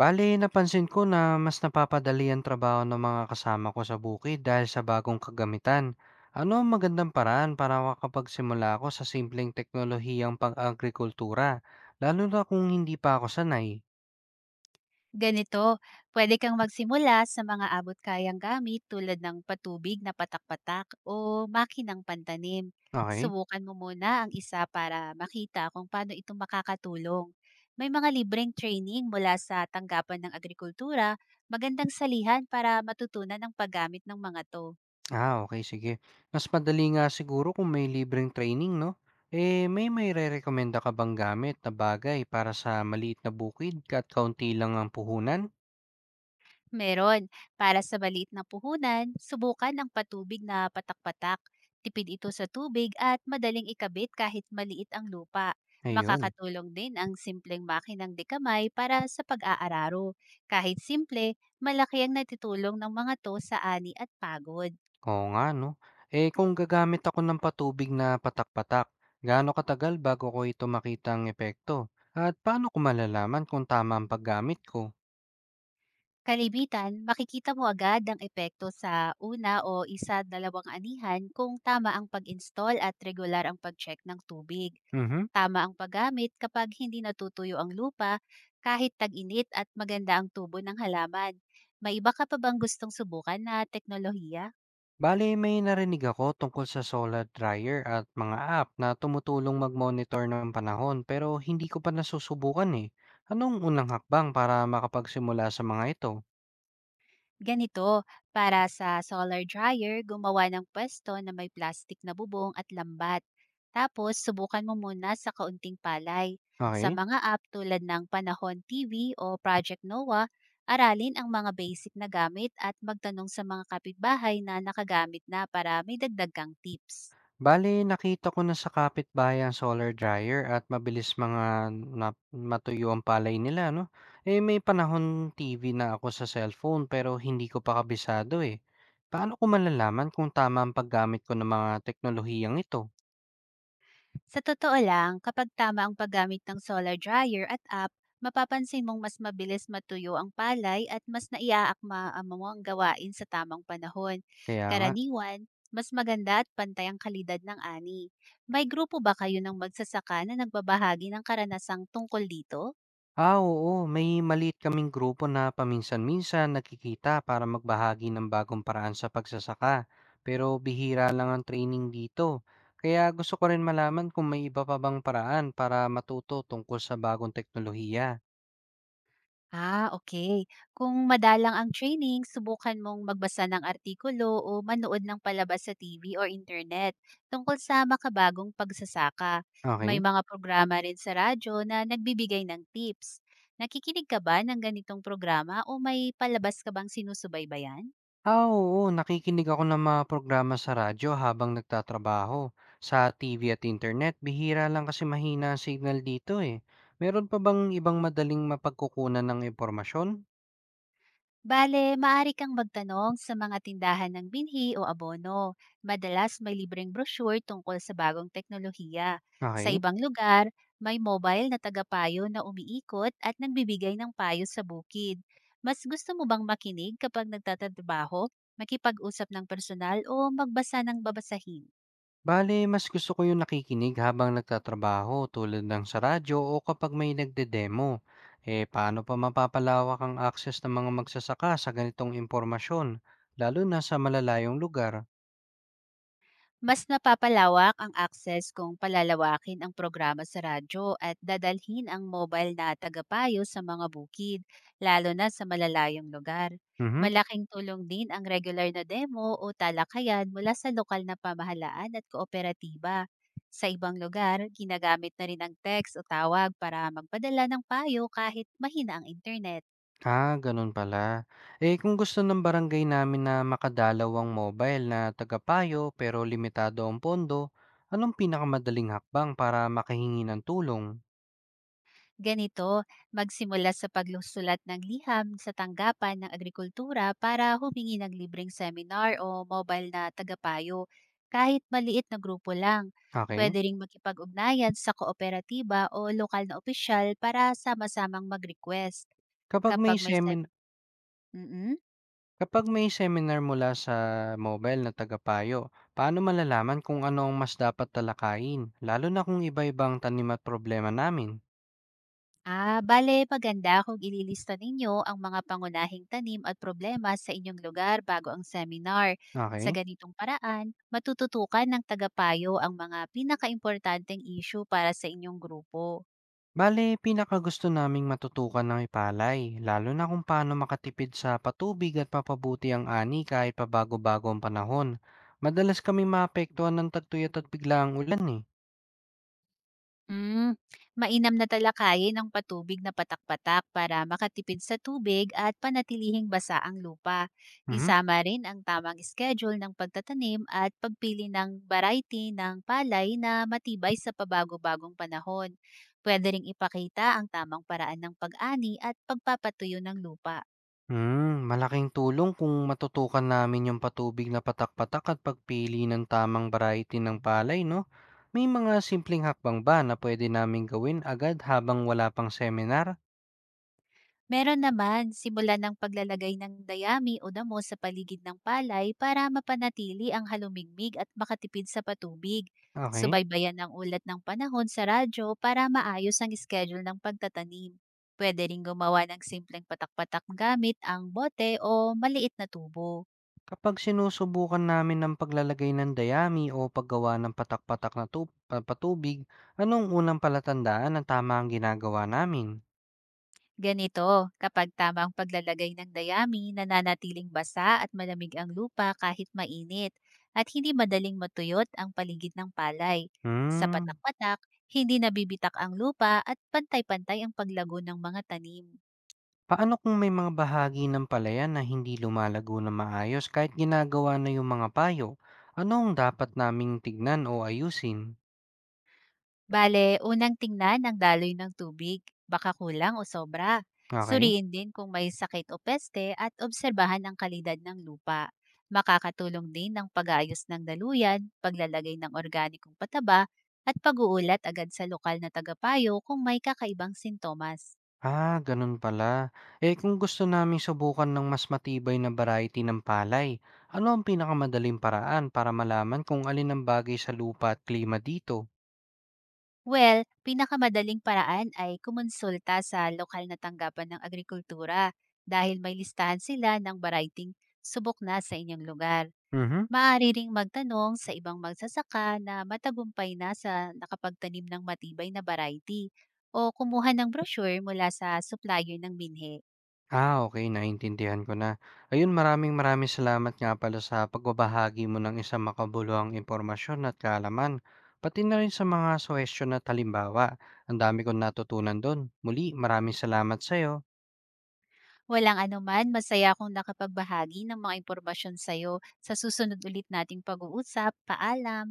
Bale, napansin ko na mas napapadali ang trabaho ng mga kasama ko sa bukid dahil sa bagong kagamitan. Ano ang magandang paraan para makapagsimula ako sa simpleng teknolohiyang pang-agrikultura, lalo na kung hindi pa ako sanay? Ganito, pwede kang magsimula sa mga abot-kayang gamit tulad ng patubig na patak-patak o makinang pantanim. Okay? Subukan mo muna ang isa para makita kung paano ito makakatulong. May mga libreng training mula sa tanggapan ng agrikultura, magandang salihan para matutunan ang paggamit ng mga to. Ah, okay, sige. Mas madali nga siguro kung may libreng training, no? Eh, may re-recommenda ka bang gamit na bagay para sa maliit na bukid at kaunti lang ang puhunan? Meron. Para sa maliit na puhunan, subukan ang patubig na patak-patak. Tipid ito sa tubig at madaling ikabit kahit maliit ang lupa. Ayun. Makakatulong din ang simpleng makinang dekamay para sa pag-aararo. Kahit simple, malaki ang natitulong ng mga to sa ani at pagod. Oo nga 'no. Eh, kung gagamit ako ng patubig na patak-patak, gaano katagal bago ko ito makitang epekto? At paano ko malalaman kung tama ang paggamit ko? Kalibitan, makikita mo agad ang epekto sa una o isa-dalawang anihan kung tama ang pag-install at regular ang pag-check ng tubig. Mhm. Tama ang paggamit kapag hindi natutuyo ang lupa kahit tag-init at maganda ang tubo ng halaman. May iba ka pa bang gustong subukan na teknolohiya? Bale, may narinig ako tungkol sa solar dryer at mga app na tumutulong mag-monitor ng panahon pero hindi ko pa nasusubukan eh. Anong unang hakbang para makapagsimula sa mga ito? Ganito, para sa solar dryer, gumawa ng pwesto na may plastic na bubong at lambat. Tapos, subukan mo muna sa kaunting palay. Sa Okey. mga app tulad ng Panahon TV o Project NOAA, aralin ang mga basic na gamit at magtanong sa mga kapitbahay na nakagamit na para may dagdag kang tips. Bale, nakita ko na sa kapitbahay ang solar dryer at mabilis mga nap matuyo ang palay nila, no? Eh, may panahon TV na ako sa cellphone pero hindi ko pa kabisado eh. Paano ko malalaman kung tama ang paggamit ko ng mga teknolohiyang ito? Sa totoo lang, kapag tama ang paggamit ng solar dryer at app, mapapansin mong mas mabilis matuyo ang palay at mas naiaakma ang mga gawain sa tamang panahon. Kaya nga. Karaniwan, mas maganda at pantay ang kalidad ng ani. May grupo ba kayo ng magsasaka na nagbabahagi ng karanasang tungkol dito? Ah, oo. May maliit kaming grupo na paminsan-minsan nakikita para magbahagi ng bagong paraan sa pagsasaka. Pero bihira lang ang training dito. Kaya gusto ko rin malaman kung may iba pa bang paraan para matuto tungkol sa bagong teknolohiya. Ah, okay. Kung madalang ang training, subukan mong magbasa ng artikulo o manood ng palabas sa TV or internet tungkol sa makabagong pagsasaka. May Okay? mga programa rin sa radyo na nagbibigay ng tips. Nakikinig ka ba ng ganitong programa o may palabas ka bang sinusubaybayan? Ah, oo. Nakikinig ako ng mga programa sa radyo habang nagtatrabaho. Sa TV at internet, bihira lang kasi mahina ang signal dito eh. Meron pa bang ibang madaling mapagkukunan ng impormasyon? Bale, maaari kang magtanong sa mga tindahan ng binhi o abono. Madalas may libreng brochure tungkol sa bagong teknolohiya. Sa Okay? ibang lugar, may mobile na tagapayo na umiikot at nagbibigay ng payo sa bukid. Mas gusto mo bang makinig kapag nagtatrabaho, makipag-usap ng personal o magbasa ng babasahin? Bale, mas gusto ko yung nakikinig habang nagtatrabaho tulad ng sa radyo o kapag may nagde-demo. Eh, paano pa mapapalawak ang access ng mga magsasaka sa ganitong impormasyon, lalo na sa malalayong lugar? Mas napapalawak ang access kung palalawakin ang programa sa radyo at dadalhin ang mobile na tagapayo sa mga bukid, lalo na sa malalayong lugar. Mhm. Malaking tulong din ang regular na demo o talakayan mula sa lokal na pamahalaan at kooperatiba. Sa ibang lugar, ginagamit na rin ang text o tawag para magpadala ng payo kahit mahina ang internet. Ah, ganun pala. Eh, kung gusto ng barangay namin na makadalaw ang mobile na tagapayo pero limitado ang pondo, anong pinakamadaling hakbang para makahingi ng tulong? Ganito, magsimula sa paglusulat ng liham sa tanggapan ng agrikultura para humingi ng libreng seminar o mobile na tagapayo, kahit maliit na grupo lang. Okay? Pwede ring makipag-ugnayan sa kooperatiba o lokal na opisyal para sama-samang mag-request. Kapag may Kapag may, sep- seminar. Mm, mm. Kapag may seminar mula sa mobile na tagapayo, paano malalaman kung ano ang mas dapat talakayin, lalo na kung iba-ibang tanim at problema namin? Ah, bale maganda kung ililista ninyo ang mga pangunahing tanim at problema sa inyong lugar bago ang seminar. Sa Okay? ganitong paraan, matututukan ng tagapayo ang mga pinakaimportanteng issue para sa inyong grupo. Bale, pinakagusto naming matutukan ng ipalay, lalo na kung paano makatipid sa patubig at mapabuti ang ani kahit pabago-bago ang panahon. Madalas kami maapektuhan ng tagtuyot at biglaang ulan eh. Mm, Mainam na talakayin ang patubig na patak-patak para makatipid sa tubig at panatilihing basa ang lupa. Mhm. Isama rin ang tamang schedule ng pagtatanim at pagpili ng variety ng palay na matibay sa pabago-bagong panahon. Pwede ring ipakita ang tamang paraan ng pag-ani at pagpapatuyo ng lupa. Hmm, malaking tulong kung matutukan namin yung patubig na patak-patak at pagpili ng tamang variety ng palay, no? May mga simpleng hakbang ba na pwede namin gawin agad habang wala pang seminar? Meron naman, simulan ng paglalagay ng dayami o damo sa paligid ng palay para mapanatili ang halumigmig at makatipid sa patubig. Okay. Subaybayan ang ulat ng panahon sa radyo para maayos ang schedule ng pagtatanim. Pwede rin gumawa ng simpleng patak-patak gamit ang bote o maliit na tubo. Kapag sinusubukan namin ng paglalagay ng dayami o paggawa ng patak-patak na patubig, anong unang palatandaan na tama ang ginagawa namin? Ganito, kapag tamang paglalagay ng dayami, nananatiling basa at malamig ang lupa kahit mainit, at hindi madaling matuyot ang paligid ng palay. Sa Hmm. patak-patak, hindi nabibitak ang lupa at pantay-pantay ang paglago ng mga tanim. Paano kung may mga bahagi ng palayan na hindi lumalago na maayos kahit ginagawa na yung mga payo? Ano ang dapat naming tignan o ayusin? Bale, unang tingnan ang daloy ng tubig, baka kulang o sobra. Okay? Suriin din kung may sakit o peste at obserbahan ang kalidad ng lupa. Makakatulong din ang pag-aayos ng daluyan, paglalagay ng organikong pataba, at pag-uulat agad sa lokal na tagapayo kung may kakaibang sintomas. Ah, ganun pala. Eh kung gusto naming subukan ng mas matibay na variety ng palay, ano ang pinakamadaling paraan para malaman kung alin ang bagay sa lupa at klima dito? Well, pinakamadaling paraan ay kumonsulta sa lokal na tanggapan ng agrikultura dahil may listahan sila ng variety subok na sa inyong lugar. Mhm. Maaari ring magtanong sa ibang magsasaka na matagumpay na sa nakapagtanim ng matibay na variety o kumuha ng brochure mula sa supplier ng binhe. Ah, okey, naintindihan ko na. Ayun, maraming-maraming salamat nga pala sa pagbabahagi mo ng isang makabuluhang impormasyon at kaalaman, pati na rin sa mga suhestiyon at halimbawa. Ang dami kong natutunan dun. Muli, maraming salamat sa'yo. Walang anuman, masaya akong nakapagbahagi ng mga impormasyon sa'yo sa susunod ulit nating pag-uusap. Paalam!